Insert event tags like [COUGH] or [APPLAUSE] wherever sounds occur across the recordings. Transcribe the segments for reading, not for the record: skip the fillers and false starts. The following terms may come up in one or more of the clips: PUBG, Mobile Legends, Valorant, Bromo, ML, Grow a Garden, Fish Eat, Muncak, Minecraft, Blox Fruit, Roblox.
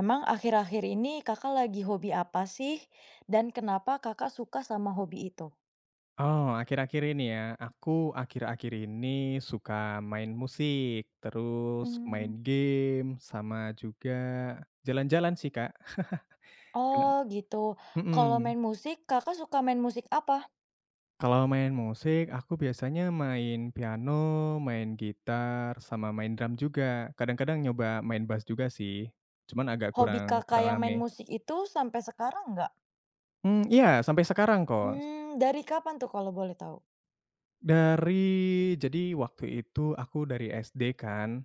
Emang akhir-akhir ini Kakak lagi hobi apa sih? Dan kenapa Kakak suka sama hobi itu? Oh, akhir-akhir ini ya, aku akhir-akhir ini suka main musik, terus main Mmm. game, sama juga jalan-jalan sih, Kak. Kena Oh gitu. Kalau mhm. main musik, Kakak suka main musik apa? Kalau main musik, aku biasanya main piano, main gitar, sama main drum juga. Kadang-kadang nyoba main bass juga sih, cuman agak Hobi kurang Kakak kurang yang main rame. musik itu sampai sekarang nggak? Hmm, iya, sampai sekarang kok. Hmm. Dari kapan tuh kalau boleh tahu? Dari jadi waktu itu aku dari SD kan.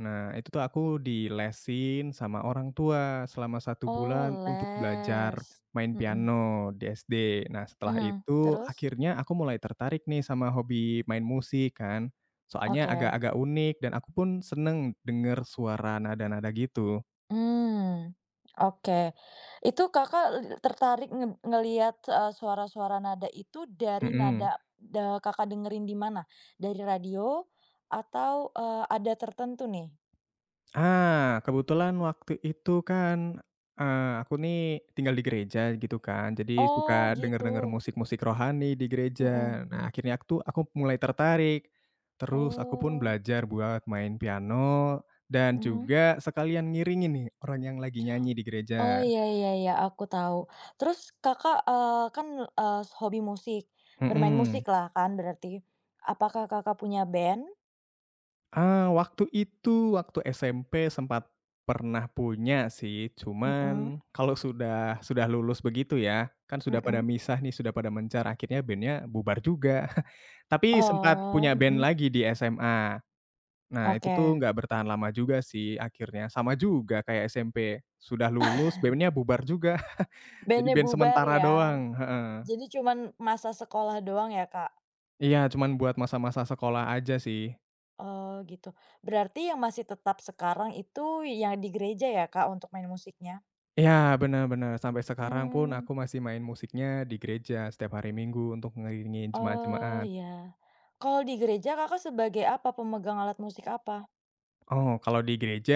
Nah, itu tuh aku dilesin sama orang tua selama satu bulan Oh untuk belajar les. main Mhm, piano di SD. Nah, setelah mhm, itu terus? akhirnya aku mulai tertarik nih sama hobi main musik kan. Soalnya Oke. agak-agak unik dan aku pun seneng denger suara nada-nada gitu. Mmm, oke. Itu Kakak tertarik ngelihat, suara-suara nada itu dari nada Mhm. Kakak dengerin di mana? Dari radio atau, ada tertentu nih? Ah, kebetulan waktu itu kan, aku nih tinggal di gereja gitu kan, jadi Oh suka denger-denger gitu, musik-musik rohani di gereja. mhm. Nah, akhirnya aku mulai tertarik, terus aku pun Oh, belajar buat main piano dan mhm. juga sekalian ngiringin nih orang yang lagi nyanyi di Oh gereja. iya iya iya, aku tahu. Terus Kakak, kan, hobi musik, bermain Mhm. musiklah kan berarti. Apakah Kakak punya band? Ah, waktu itu, waktu SMP sempat pernah punya sih, Mhm, cuman kalau sudah lulus begitu ya, kan sudah pada mhm. misah nih, sudah pada mencar, akhirnya bandnya bubar juga. [LAUGHS] Tapi sempat Oh, punya band mhm, lagi di SMA. Nah, itu tuh oke. nggak bertahan lama juga sih akhirnya, sama juga kayak SMP, sudah lulus bandnya bubar juga, [LAUGHS] jadi Bandnya band bubar sementara ya. doang, heeh. Jadi cuman masa sekolah doang ya, Kak? Iya, cuman buat masa-masa sekolah aja sih. Oh, gitu. Berarti yang masih tetap sekarang itu yang di gereja ya, Kak, untuk main musiknya? Iya, benar-benar. Sampai sekarang pun Mmm, aku masih main musiknya di gereja setiap hari Minggu untuk ngiringin oh, jemaat-jemaat. ya. Kalau di gereja Kakak sebagai apa? Pemegang alat musik apa? Oh, kalau di gereja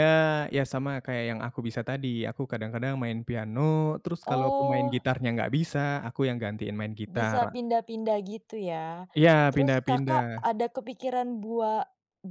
ya sama kayak yang aku bisa tadi, aku kadang-kadang main piano, terus kalau pemain Oh, gitarnya nggak bisa, aku yang gantiin main bisa gitar. pindah-pindah gitu ya. Iya, Terus Kakak pindah-pindah. ada kepikiran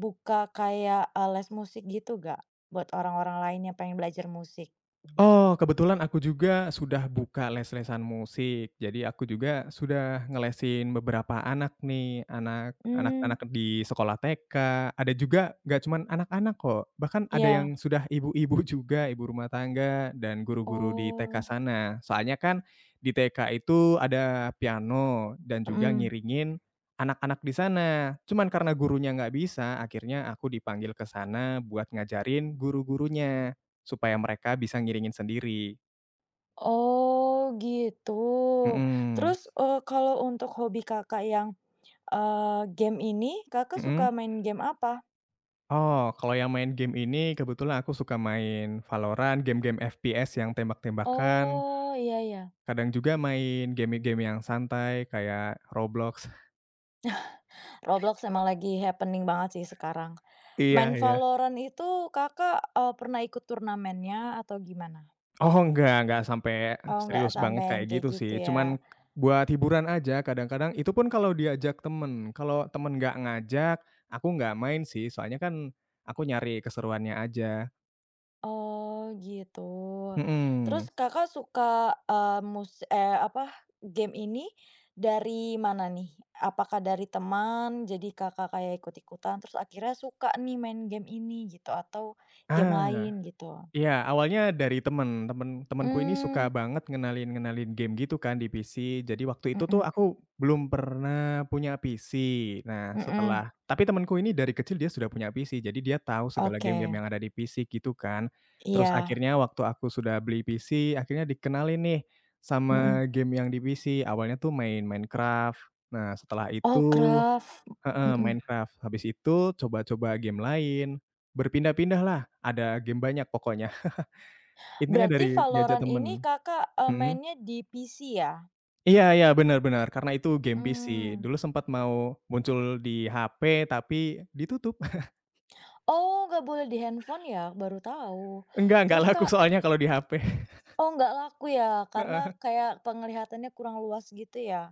buka kayak, les musik gitu nggak? Buat orang-orang lain yang pengen belajar musik? Oh, kebetulan aku juga sudah buka les-lesan musik. Jadi aku juga sudah ngelesin beberapa anak nih, anak Mmm, anak-anak di sekolah TK, ada juga nggak cuman anak-anak kok, bahkan ada iya. yang sudah ibu-ibu [LAUGHS] juga, ibu rumah tangga dan guru-guru di TK Oh, sana. Soalnya kan di TK itu ada piano dan juga mhm. ngiringin anak-anak di sana. Cuman karena gurunya nggak bisa, akhirnya aku dipanggil ke sana buat ngajarin guru-gurunya. Supaya mereka bisa ngiringin sendiri. Oh, gitu. Mhm, Terus, kalau untuk hobi Kakak yang, game ini, Kakak mhm. suka main game apa? Oh, kalau yang main game ini kebetulan aku suka main Valorant, game-game FPS yang tembak-tembakan, Oh, iya iya. kadang juga main game-game yang santai kayak Roblox. Roblox emang lagi happening banget sih sekarang. Iya, Main iya. Valorant itu Kakak, pernah ikut turnamennya atau gimana? Oh, enggak sampai Oh, nggak serius banget sampai yang kayak kayak gitu gitu sih, cuman ya? buat hiburan aja kadang-kadang itu pun kalau diajak temen, kalau temen nggak ngajak, aku nggak main sih soalnya kan aku nyari keseruannya aja. Oh, gitu. Mhm. Terus Kakak suka, eee, mus eh apa, game ini dari mana nih? Apakah dari teman, jadi Kakak kayak ikut-ikutan, terus akhirnya suka nih main game ini gitu, atau game Ah. lain gitu? Iya, awalnya dari temen. Temenku ini suka Mmm, banget ngenalin-ngenalin game gitu kan di PC. Jadi waktu itu tuh mhm aku belum pernah punya PC. Nah, mhm, tapi temenku ini dari kecil dia sudah punya PC, jadi dia tahu segala game-game oke, yang ada di PC gitu kan. Terus iya, akhirnya waktu aku sudah beli PC, akhirnya dikenalin nih mhm. sama game yang di PC. Awalnya tuh main Minecraft. Nah, setelah itu Oh, Craft, heeh, mhm. Minecraft. Habis itu coba-coba game lain, berpindah-pindahlah, ada game banyak pokoknya. Intinya Berarti dari diajak Valorant temen. ini Kakak, Mhm. mainnya di PC ya? Iya, iya, bener, bener, karena itu game PC. Hmm. Dulu sempat mau muncul di HP, tapi ditutup. [LAUGHS] Oh, nggak boleh di handphone ya? Baru tahu. Enggak Terus, laku Kak, soalnya kalau di HP. [LAUGHS] oh, nggak laku ya? Karena Heeh. kayak penglihatannya kurang luas gitu ya?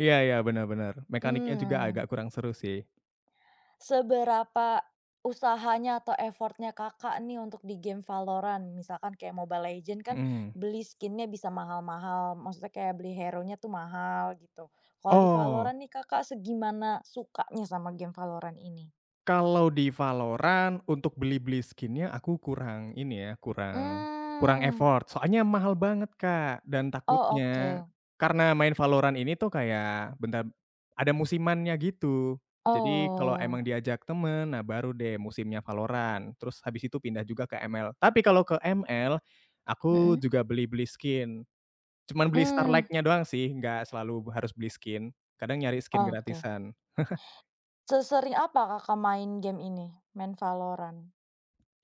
Iya, iya, bener, bener. Mekaniknya juga agak Hmm. kurang seru sih. Seberapa usahanya atau effortnya Kakak nih untuk di game Valorant? Misalkan kayak Mobile Legends kan Mhm. beli skinnya bisa mahal-mahal, maksudnya kayak beli hero-nya tuh mahal gitu. Kalau di Oh. Valorant nih Kakak segimana sukanya sama game Valorant ini? Kalau di Valorant untuk beli-beli skin-nya aku kurang ini ya, kurang kurang Hmm. effort, soalnya mahal banget, Kak, dan Oh, takutnya oke. karena main Valorant ini tuh kayak bentar ada musimannya gitu. Jadi kalau Oh, emang diajak temen, nah baru deh musimnya Valorant, terus habis itu pindah juga ke ML. Tapi kalau ke ML, mhm, aku juga beli-beli skin, cuman beli mmm. Starlight-nya doang sih, nggak selalu harus beli skin, kadang nyari skin Oke. gratisan. Sesering apa Kakak main game ini? Main Valorant?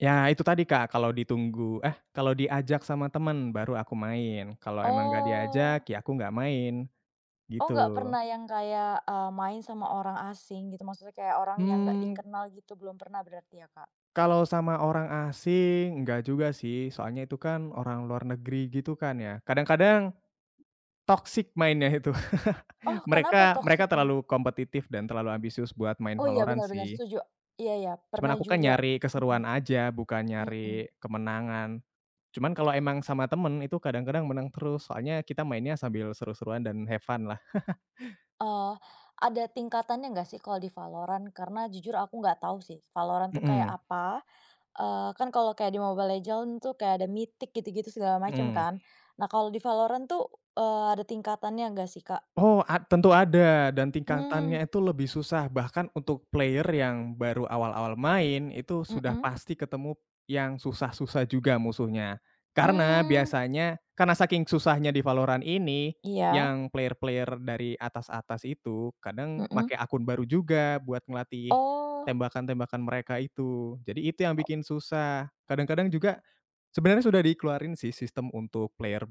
Ya itu tadi Kak, kalau diajak sama temen baru aku main, kalau emang nggak diajak Oh. ya aku nggak main, Oh, gitu. nggak pernah yang kayak, main sama orang asing gitu, maksudnya kayak orang yang nggak Mmm, dikenal gitu, belum pernah berarti ya, Kak? kalau sama orang asing nggak juga sih, soalnya itu kan orang luar negeri gitu kan ya, kadang-kadang toxic mainnya itu. [LAUGHS] Oh, kenapa Mereka mereka toksiknya? terlalu kompetitif dan terlalu ambisius buat main Oh iya, Valorant benar benar, sih, setuju. Iya iya, cuman pernah aku kan juga. nyari Mhm keseruan aja bukan mhm. nyari kemenangan. Cuman kalau emang sama temen itu kadang-kadang menang terus, soalnya kita mainnya sambil seru-seruan dan have fun lah. Eee, ada tingkatannya nggak sih kalau di Valorant? Karena jujur aku nggak tahu sih Valorant tuh kayak Mhm, apa. Kan kalau kayak di Mobile Legends tuh kayak ada Mythic gitu-gitu segala macam mhm. kan. Nah kalau di Valorant tuh, ada tingkatannya nggak sih, Kak? Oh, tentu ada dan Mmm, tingkatannya itu lebih susah, bahkan untuk player yang baru awal-awal main, itu sudah mhm, pasti ketemu yang susah-susah juga musuhnya. Karena hmm, biasanya karena saking susahnya di Valorant ini, iya, yang player-player dari atas-atas itu kadang mhm. make akun baru juga buat ngelatih Oh, tembakan-tembakan mereka itu. Jadi itu yang bikin susah. Kadang-kadang juga sebenarnya sudah dikeluarin sih sistem untuk player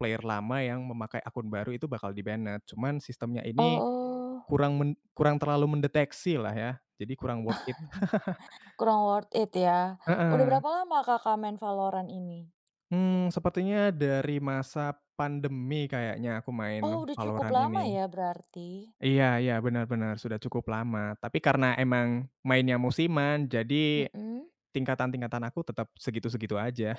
player lama yang memakai akun baru itu bakal di-banned. Cuman sistemnya ini oh, kurang men kurang terlalu mendeteksi lah ya, jadi kurang worth it. kurang worth it ya. Udah Heeh. berapa lama Kakak main Valorant ini? Sepertinya dari masa pandemi kayaknya aku main Oh udah cukup Valorant lama ini. ya berarti? Iya, iya, benar, benar, sudah cukup lama. Tapi karena emang mainnya musiman, jadi Mhm. tingkatan-tingkatan aku tetap segitu-segitu aja.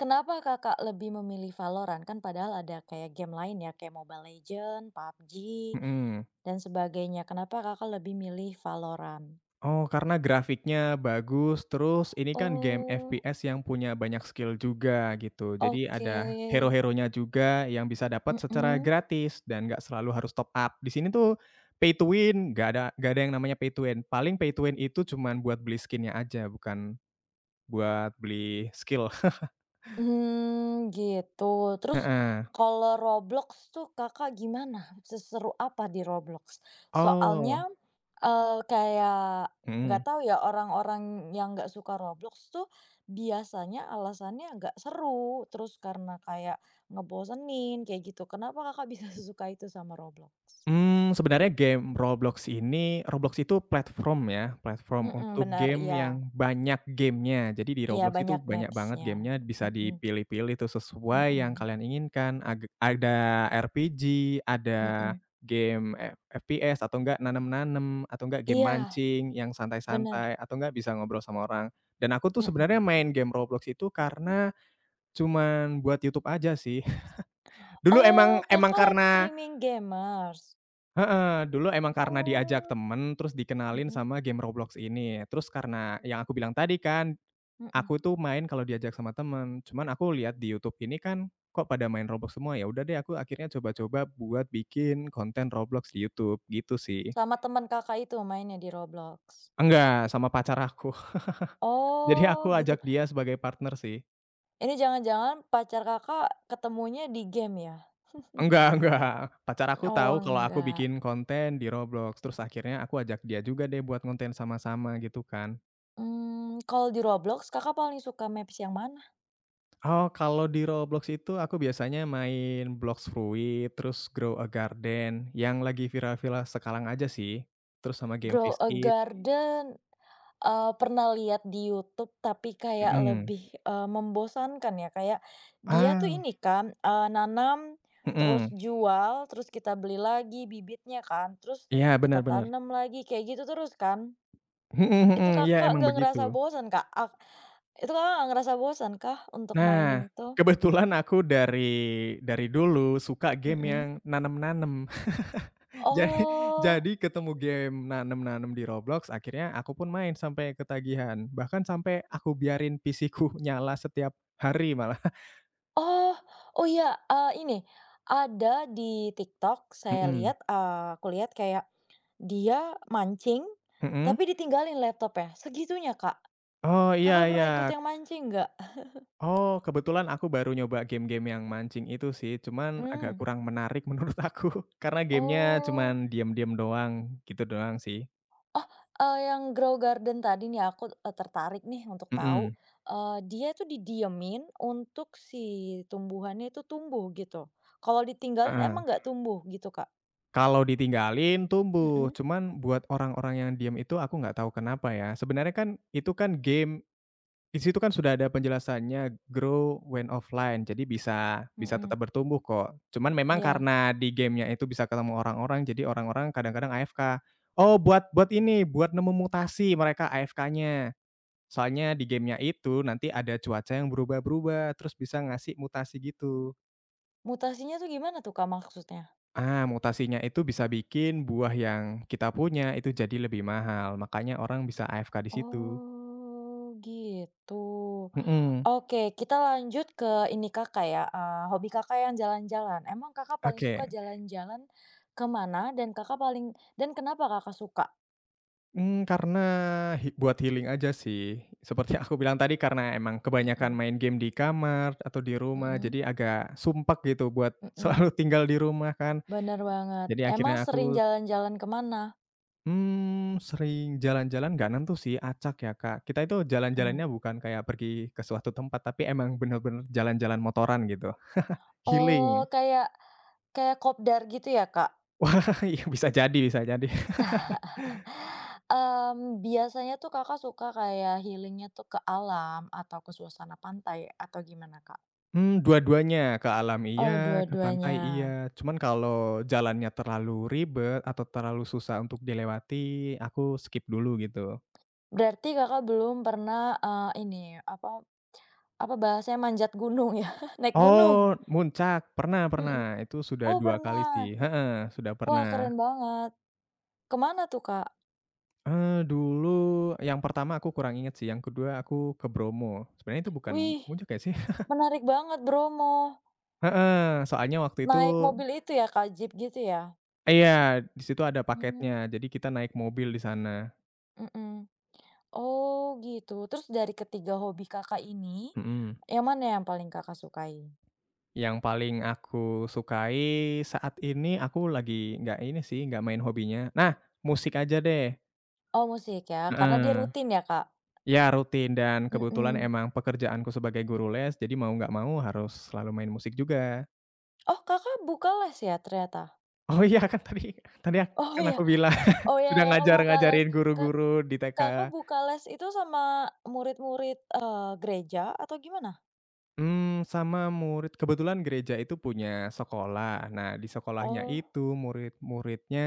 Kenapa Kakak lebih memilih Valorant? Kan padahal ada kayak game lain ya, kayak Mobile Legends, PUBG, [LAUGHS] Mhm. dan sebagainya. Kenapa Kakak lebih milih Valorant? Oh, karena grafiknya bagus, terus ini kan game Oh, FPS yang punya banyak skill juga gitu. Jadi oke. ada hero-heronya juga yang bisa dapat secara Mhm. gratis dan nggak selalu harus top up. Di sini tuh pay to win, nggak ada yang namanya pay to win. Paling pay to win itu cuman buat beli skin aja, bukan buat beli skill. [LAUGHS] Hmm, gitu. Terus Heeh. kalau Roblox tuh Kakak gimana? Seseru apa di Roblox? Soalnya, Oh, kayak nggak mhm. tahu ya orang-orang yang nggak suka Roblox tuh biasanya alasannya nggak seru, terus karena kayak ngebosenin, kayak gitu. Kenapa Kakak bisa [LAUGHS] suka itu sama Roblox? Sebenarnya game Roblox ini Roblox itu platform ya, platform Mhm, untuk bener, game iya. yang banyak gamenya. Jadi di Iya, Roblox itu banyak banyak banget maps-nya. gamenya, bisa Mhm, dipilih-pilih tuh sesuai yang mhm, kalian inginkan. Age ada RPG, ada mhm. game FPS atau enggak nanam-nanam, atau enggak game Iya, mancing yang benar. santai-santai, atau enggak bisa ngobrol sama orang. Dan aku tuh sebenarnya main game Roblox itu karena cuman buat YouTube aja sih. [LAUGHS] Dulu emang Oh, emang Kakak live karena streaming gamers? Heeh, dulu emang karena diajak Oh, temen, terus dikenalin mhm sama game Roblox ini. Terus karena yang aku bilang tadi kan, mhm. aku tuh main kalau diajak sama temen, cuman aku lihat di YouTube ini kan, kok pada main Roblox semua, ya udah deh aku akhirnya coba-coba buat bikin konten Roblox di YouTube, gitu sih. Sama teman Kakak itu mainnya di Roblox? Enggak, sama pacar aku. [LAUGHS] Jadi aku Oh, gitu. ajak dia sebagai partner sih. Ini jangan-jangan pacar Kakak ketemunya di game ya? Enggak, pacar aku Oh, tahu kalau aku enggak. bikin konten di Roblox, terus akhirnya aku ajak dia juga deh buat konten sama-sama, gitu kan. Hmm, kalau di Roblox Kakak paling suka maps yang mana? Oh, kalau di Roblox itu aku biasanya main Blox Fruit, terus Grow a Garden, yang lagi viral-viral sekarang aja sih, terus sama game Grow Fish a Eat, Garden. Pernah lihat di YouTube tapi kayak mhm. lebih, membosankan ya, kayak dia tuh Ah, ini kan, nanam, terus mhm, jual, terus kita beli lagi bibitnya kan, terus iya, benar, kita bener, tanam lagi, kayak gitu terus kan. mhm, Itu mhm, iya Kakak emang nggak begitu. ngerasa bosan, Kak? Itu Kakak nggak ngerasa bosan kah untuk mainin Nah, itu? kebetulan aku dari dulu suka game Mhm. yang nanem-nanem. [LAUGHS] Jadi Oh, jadi ketemu game nanem-nanem di Roblox, akhirnya aku pun main sampai ketagihan, bahkan sampai aku biarin PC-ku [LAUGHS] nyala setiap hari malah. oh, oh, ya, ini, ada di TikTok saya Mhm, lihat, aku lihat kayak dia mancing, mhm. tapi ditinggalin laptopnya, segitunya, Kak. Oh, iya, Kakak iya. pernah ikut yang mancing nggak? Oh, kebetulan aku baru nyoba game-game yang mancing itu sih, cuman agak Hmm. kurang menarik menurut aku, [LAUGHS] karena gamenya Oh. cuman diam-diam doang, gitu doang sih. Oh, yang Grow Garden tadi nih aku, tertarik nih untuk tahu, Mhm, dia itu didiemin untuk si tumbuhannya itu tumbuh gitu. Kalau ditinggalin emang heeh. nggak tumbuh gitu, Kak? Kalau ditinggalin tumbuh, Mhm, cuman buat orang-orang yang diam itu aku nggak tahu kenapa ya, sebenarnya kan itu kan Di situ kan sudah ada penjelasannya grow when offline, jadi bisa bisa mhm, tetap bertumbuh kok. Cuman memang iya. karena di gamenya itu bisa ketemu orang-orang, jadi orang-orang kadang-kadang AFK. Oh, buat buat ini, buat nemu mutasi mereka AFK-nya. Soalnya di gamenya itu nanti ada cuaca yang berubah-berubah, terus bisa ngasih mutasi gitu. Mutasinya tuh gimana tuh, Kak, maksudnya? Ah, mutasinya itu bisa bikin buah yang kita punya itu jadi lebih mahal, makanya orang bisa AFK di situ. Oh, gitu. Mhm, Oke, kita lanjut ke ini Kakak ya, hobi Kakak yang jalan-jalan. Emang Kakak paling suka oke. jalan-jalan kemana? Dan Kakak paling dan kenapa Kakak suka? Karena buat healing aja sih. Seperti aku bilang tadi karena emang kebanyakan Mhm main game di kamar atau di rumah, mhm. jadi agak sumpek gitu buat [LAUGHS] selalu Mhm, tinggal di rumah kan. bener banget. Jadi Emang akhirnya sering aku, jalan-jalan kemana? mmm, sering jalan-jalan nggak nentu sih, acak ya, Kak. Kita itu Mhm. jalan-jalannya bukan kayak pergi ke suatu tempat, tapi emang bener-bener jalan-jalan motoran gitu, healing. Oh, kayak kayak kopdar gitu ya, Kak? [LAUGHS] Wah, iya, bisa jadi, bisa jadi. Mmm, biasanya tuh Kakak suka kayak healingnya tuh ke alam atau ke suasana pantai atau gimana, Kak? Dua-duanya, ke alam Oh, iya, ke pantai dua-duanya. iya. Cuman kalau jalannya terlalu ribet atau terlalu susah untuk dilewati, aku skip dulu gitu. Berarti Kakak belum pernah, ini, apa Apa bahasanya, manjat gunung ya? [LAUGHS] Naik gunung? Oh, Muncak, pernah, pernah, Mhm. itu sudah Oh 2 kali sih pernah. heeh, sudah Wah pernah. keren banget. Kemana tuh, Kak? Dulu yang pertama aku kurang inget sih, yang kedua aku ke Bromo. Sebenarnya itu bukan Wih, Muncak ya sih? [LAUGHS] menarik banget Bromo. Heeh, soalnya waktu itu Naik mobil itu ya, Kak, jeep gitu ya? iya, di situ ada Mmm, paketnya, jadi kita naik mobil di sana, mhm. Oh gitu. Terus dari ketiga hobi Kakak ini, mhm. yang mana yang paling Kakak sukai? Yang paling aku sukai saat ini aku lagi nggak ini sih, nggak main hobinya. Nah, musik aja deh. Oh musik ya, karena dia Heeh. rutin ya, Kak? Ya rutin dan kebetulan Mhm. emang pekerjaanku sebagai guru les, jadi mau nggak mau harus selalu main musik juga. [LAUGHS] Oh Kakak buka les ya ternyata? Oh iya kan tadi tadi Oh kan ya? aku bilang Oh [LAUGHS] ya, sudah Kakak buka les. ngajar-ngajarin Kak guru-guru di TK. Kakak buka les itu sama murid-murid, gereja atau gimana? Sama murid kebetulan gereja itu punya sekolah. Nah, di sekolahnya Oh, itu murid-muridnya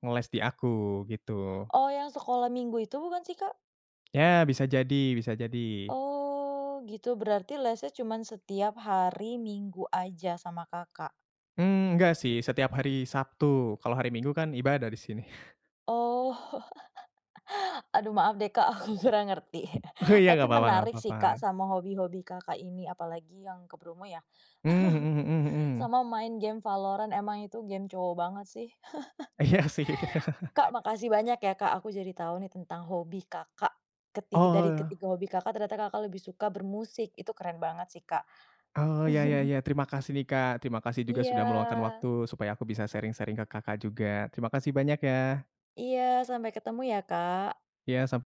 ngeles di aku, gitu. oh, yang sekolah Minggu itu bukan sih, Kak? Ya, bisa jadi, bisa jadi. Oh gitu, berarti lesnya cuman setiap hari Minggu aja sama Kakak. Enggak sih, setiap hari Sabtu, kalau hari Minggu kan ibadah di sini. [LAUGHS] Oh, [LAUGHS] aduh maaf deh, Kak, aku kurang ngerti. Oh [LAUGHS] iya, Tapi nggak apa-apa, nggak menarik sih, apa-apa. Kak, sama hobi-hobi Kakak ini, apalagi yang ke Bromo ya, Mmm, mhm, mhm, mhm. sama main game Valorant, emang itu game cowok banget sih. [LAUGHS] Iya sih. Kak, makasih banyak ya Kak, aku jadi tahu nih tentang hobi Kakak, dari Oh, ketiga hobi Kakak ternyata Kakak lebih suka bermusik, itu keren banget sih Kak. oh, ya, ya, [LAUGHS] ya, terima kasih nih, Kak. Terima kasih juga Iya sudah meluangkan waktu supaya aku bisa sharing-sharing ke Kakak juga. Terima kasih banyak ya. iya, sampai ketemu ya Kak. Iya, sam